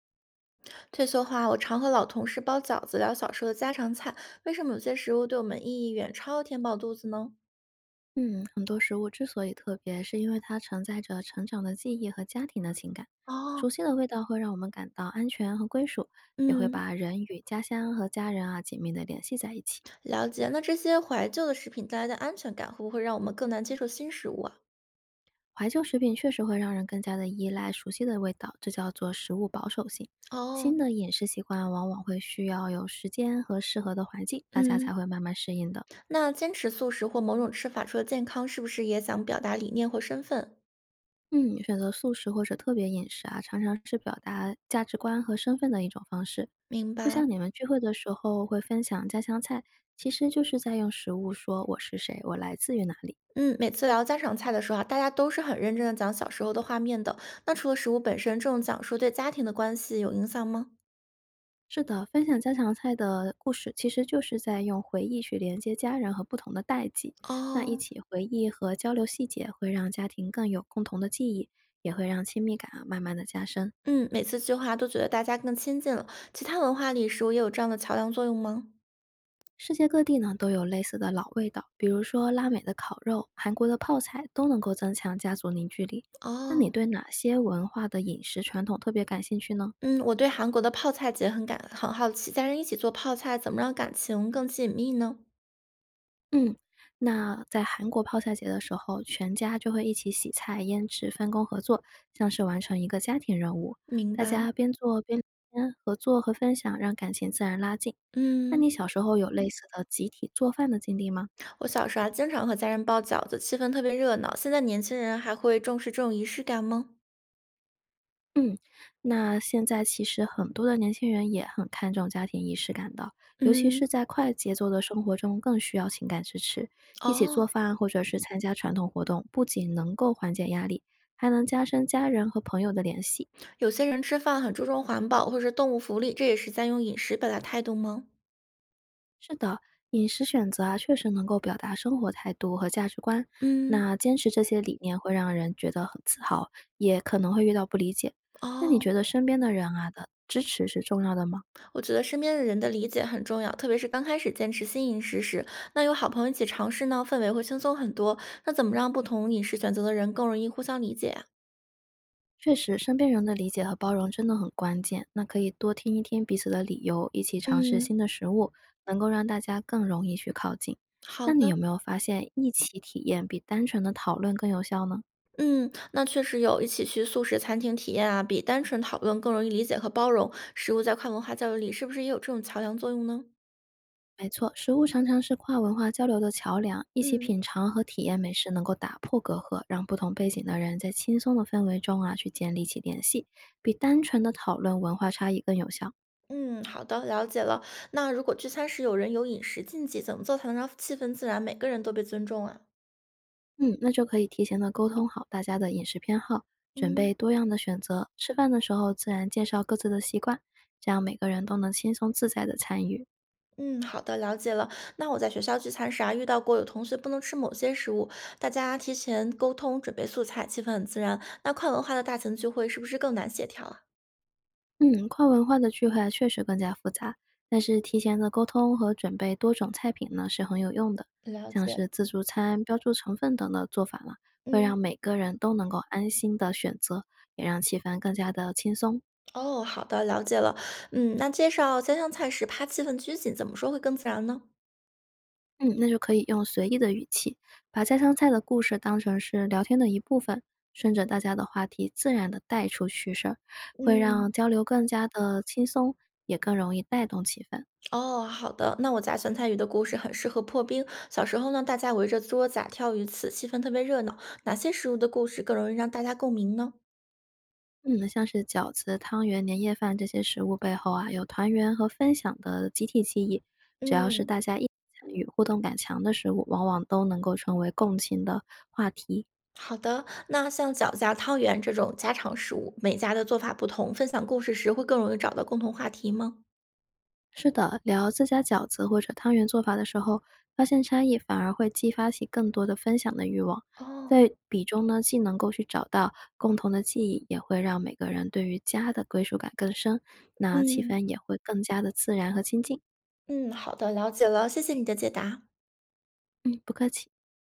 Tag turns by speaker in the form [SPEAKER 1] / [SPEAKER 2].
[SPEAKER 1] 退休后啊我常和老同事包饺子，聊小时候的家常菜。为什么有些食物对我们意义远超填饱肚子呢？
[SPEAKER 2] 嗯，很多食物之所以特别，是因为它承载着成长的记忆和家庭的情感。
[SPEAKER 1] 哦。
[SPEAKER 2] 熟悉的味道会让我们感到安全和归属，也会
[SPEAKER 1] 嗯。
[SPEAKER 2] 把人与家乡和家人啊紧密的联系在一起。
[SPEAKER 1] 了解。那这些怀旧的食品带来的安全感，会不会让我们更难接受新食物啊？
[SPEAKER 2] 怀旧食品确实会让人更加的依赖熟悉的味道，这叫做食物保守性。
[SPEAKER 1] 哦。
[SPEAKER 2] 新的饮食习惯往往会需要有时间和适合的环境，大家才
[SPEAKER 1] 嗯。
[SPEAKER 2] 会慢慢适应的。
[SPEAKER 1] 那坚持素食或某种吃法，除了健康，是不是也想表达理念或身份？
[SPEAKER 2] 嗯，选择素食或者特别饮食啊，常常是表达价值观和身份的一种方式。
[SPEAKER 1] 明
[SPEAKER 2] 就
[SPEAKER 1] 白。
[SPEAKER 2] 像你们聚会的时候会分享家乡菜，其实就是在用食物说我是谁，我来自于哪里。
[SPEAKER 1] 嗯，每次聊家常菜的时候啊，大家都是很认真的讲小时候的画面的。那除了食物本身，这种讲述对家庭的关系有影响吗？
[SPEAKER 2] 是的，分享家乡菜的故事，其实就是在用回忆去连接家人和不同的代际。那一
[SPEAKER 1] 哦。
[SPEAKER 2] 起回忆和交流细节，会让家庭更有共同的记忆，也会让亲密感啊慢慢的加深。
[SPEAKER 1] 嗯，每次计划都觉得大家更亲近了。其他文化里食物也有这样的桥梁作用吗？
[SPEAKER 2] 世界各地呢都有类似的老味道，比如说拉美的烤肉、韩国的泡菜，都能够增强家族凝聚力。那你
[SPEAKER 1] 哦。
[SPEAKER 2] 对哪些文化的饮食传统特别感兴趣呢？
[SPEAKER 1] 嗯，我对韩国的泡菜节很感很好奇，家人一起做泡菜，怎么让感情更紧密呢？
[SPEAKER 2] 嗯，那在韩国泡菜节的时候，全家就会一起洗菜、腌制、分工合作，像是完成一个家庭任务。
[SPEAKER 1] 明
[SPEAKER 2] 大
[SPEAKER 1] 白。
[SPEAKER 2] 家边做边聊天合作和分享，让感情自然拉近。那
[SPEAKER 1] 嗯，
[SPEAKER 2] 你小时候有类似的集体做饭的经历吗？
[SPEAKER 1] 我小时候啊，经常和家人包饺子，气氛特别热闹。现在年轻人还会重视这种仪式感吗？
[SPEAKER 2] 嗯，那现在其实很多的年轻人也很看重家庭仪式感的，尤其
[SPEAKER 1] 嗯。
[SPEAKER 2] 是在快节奏的生活中，更需要情感支持。一起做
[SPEAKER 1] 哦。
[SPEAKER 2] 饭或者是参加传统活动，不仅能够缓解压力，还能加深家人和朋友的联系。
[SPEAKER 1] 有些人吃饭很注重环保或者动物福利，这也是在用饮食表达态度吗？
[SPEAKER 2] 饮食选择啊，确实能够表达生活态度和价值观。
[SPEAKER 1] 嗯。
[SPEAKER 2] 那坚持这些理念会让人觉得很自豪，也可能会遇到不理解。那你
[SPEAKER 1] 哦。
[SPEAKER 2] 觉得身边的人啊的支持是重要的吗？
[SPEAKER 1] 我觉得身边的人的理解很重要，特别是刚开始坚持新饮食时，那有好朋友一起尝试呢，氛围会轻松很多。那怎么让不同饮食选择的人更容易互相理解啊。
[SPEAKER 2] 确实，身边人的理解和包容真的很关键。那可以多听一听彼此的理由，一起尝试新
[SPEAKER 1] 嗯，
[SPEAKER 2] 的食物，能够让大家更容易去靠近。
[SPEAKER 1] 好
[SPEAKER 2] 那你有
[SPEAKER 1] 的。
[SPEAKER 2] 没有发现，一起体验比单纯的讨论更有效呢？
[SPEAKER 1] 嗯，那确实有一起去素食餐厅体验啊，比单纯讨论更容易理解和包容。食物在跨文化交流里是不是也有这种桥梁作用呢？
[SPEAKER 2] 没错，食物常常是跨文化交流的桥梁，一起
[SPEAKER 1] 嗯。
[SPEAKER 2] 品尝和体验美食能够打破隔阂，让不同背景的人在轻松的氛围中啊去建立起联系，比单纯的讨论文化差异更有效。
[SPEAKER 1] 嗯，好的，了解了。那如果聚餐时有人有饮食禁忌，怎么做才能让气氛自然，每个人都被尊重啊？
[SPEAKER 2] 嗯，那就可以提前的沟通好大家的饮食偏好，准备
[SPEAKER 1] 嗯。
[SPEAKER 2] 多样的选择。吃饭的时候自然介绍各自的习惯，这样每个人都能轻松自在的参与。
[SPEAKER 1] 嗯，好的，了解了。那我在学校聚餐时啊，遇到过有同学不能吃某些食物，大家提前沟通准备素菜，气氛很自然。那跨文化的大型聚会是不是更难协调啊？
[SPEAKER 2] 嗯，跨文化的聚会啊确实更加复杂，但是提前的沟通和准备多种菜品呢，是很有用的。
[SPEAKER 1] 了
[SPEAKER 2] 像是
[SPEAKER 1] 解。
[SPEAKER 2] 自助餐、标注成分等的做法呢，会让
[SPEAKER 1] 嗯。
[SPEAKER 2] 每个人都能够安心的选择，也让气氛更加的轻松。
[SPEAKER 1] 哦，好的，了解了。嗯，那介绍家乡菜时，怕气氛拘谨，怎么说会更自然呢？
[SPEAKER 2] 嗯，那就可以用随意的语气，把家乡菜的故事当成是聊天的一部分，顺着大家的话题自然的带出趣事儿，会让
[SPEAKER 1] 嗯。
[SPEAKER 2] 交流更加的轻松，也更容易带动气氛。
[SPEAKER 1] 哦，好的。那我家酸菜鱼的故事很适合破冰。小时候呢，大家围着桌子啊跳鱼刺，气氛特别热闹。哪些食物的故事更容易让大家共鸣呢？
[SPEAKER 2] 嗯，像是饺子、汤圆、年夜饭这些食物背后啊，有团圆和分享的集体记忆。只要是
[SPEAKER 1] 嗯。
[SPEAKER 2] 大家一起参与、互动感强的食物，往往都能够成为共情的话
[SPEAKER 1] 好的，那像饺子啊汤圆这种家常食物，每家的做法不同，分享故事时会更容易找到共同话题吗？
[SPEAKER 2] 是的，聊自家饺子或者汤圆做法的时候，发现差异反而会激发起更多的分享的欲望。
[SPEAKER 1] 哦。
[SPEAKER 2] 在比中呢，既能够去找到共同的记忆，也会让每个人对于家的归属感更深，那气
[SPEAKER 1] 嗯。
[SPEAKER 2] 氛也会更加的自然和亲近。
[SPEAKER 1] 嗯，好的，了解了，谢谢你的解答。
[SPEAKER 2] 嗯，不客气。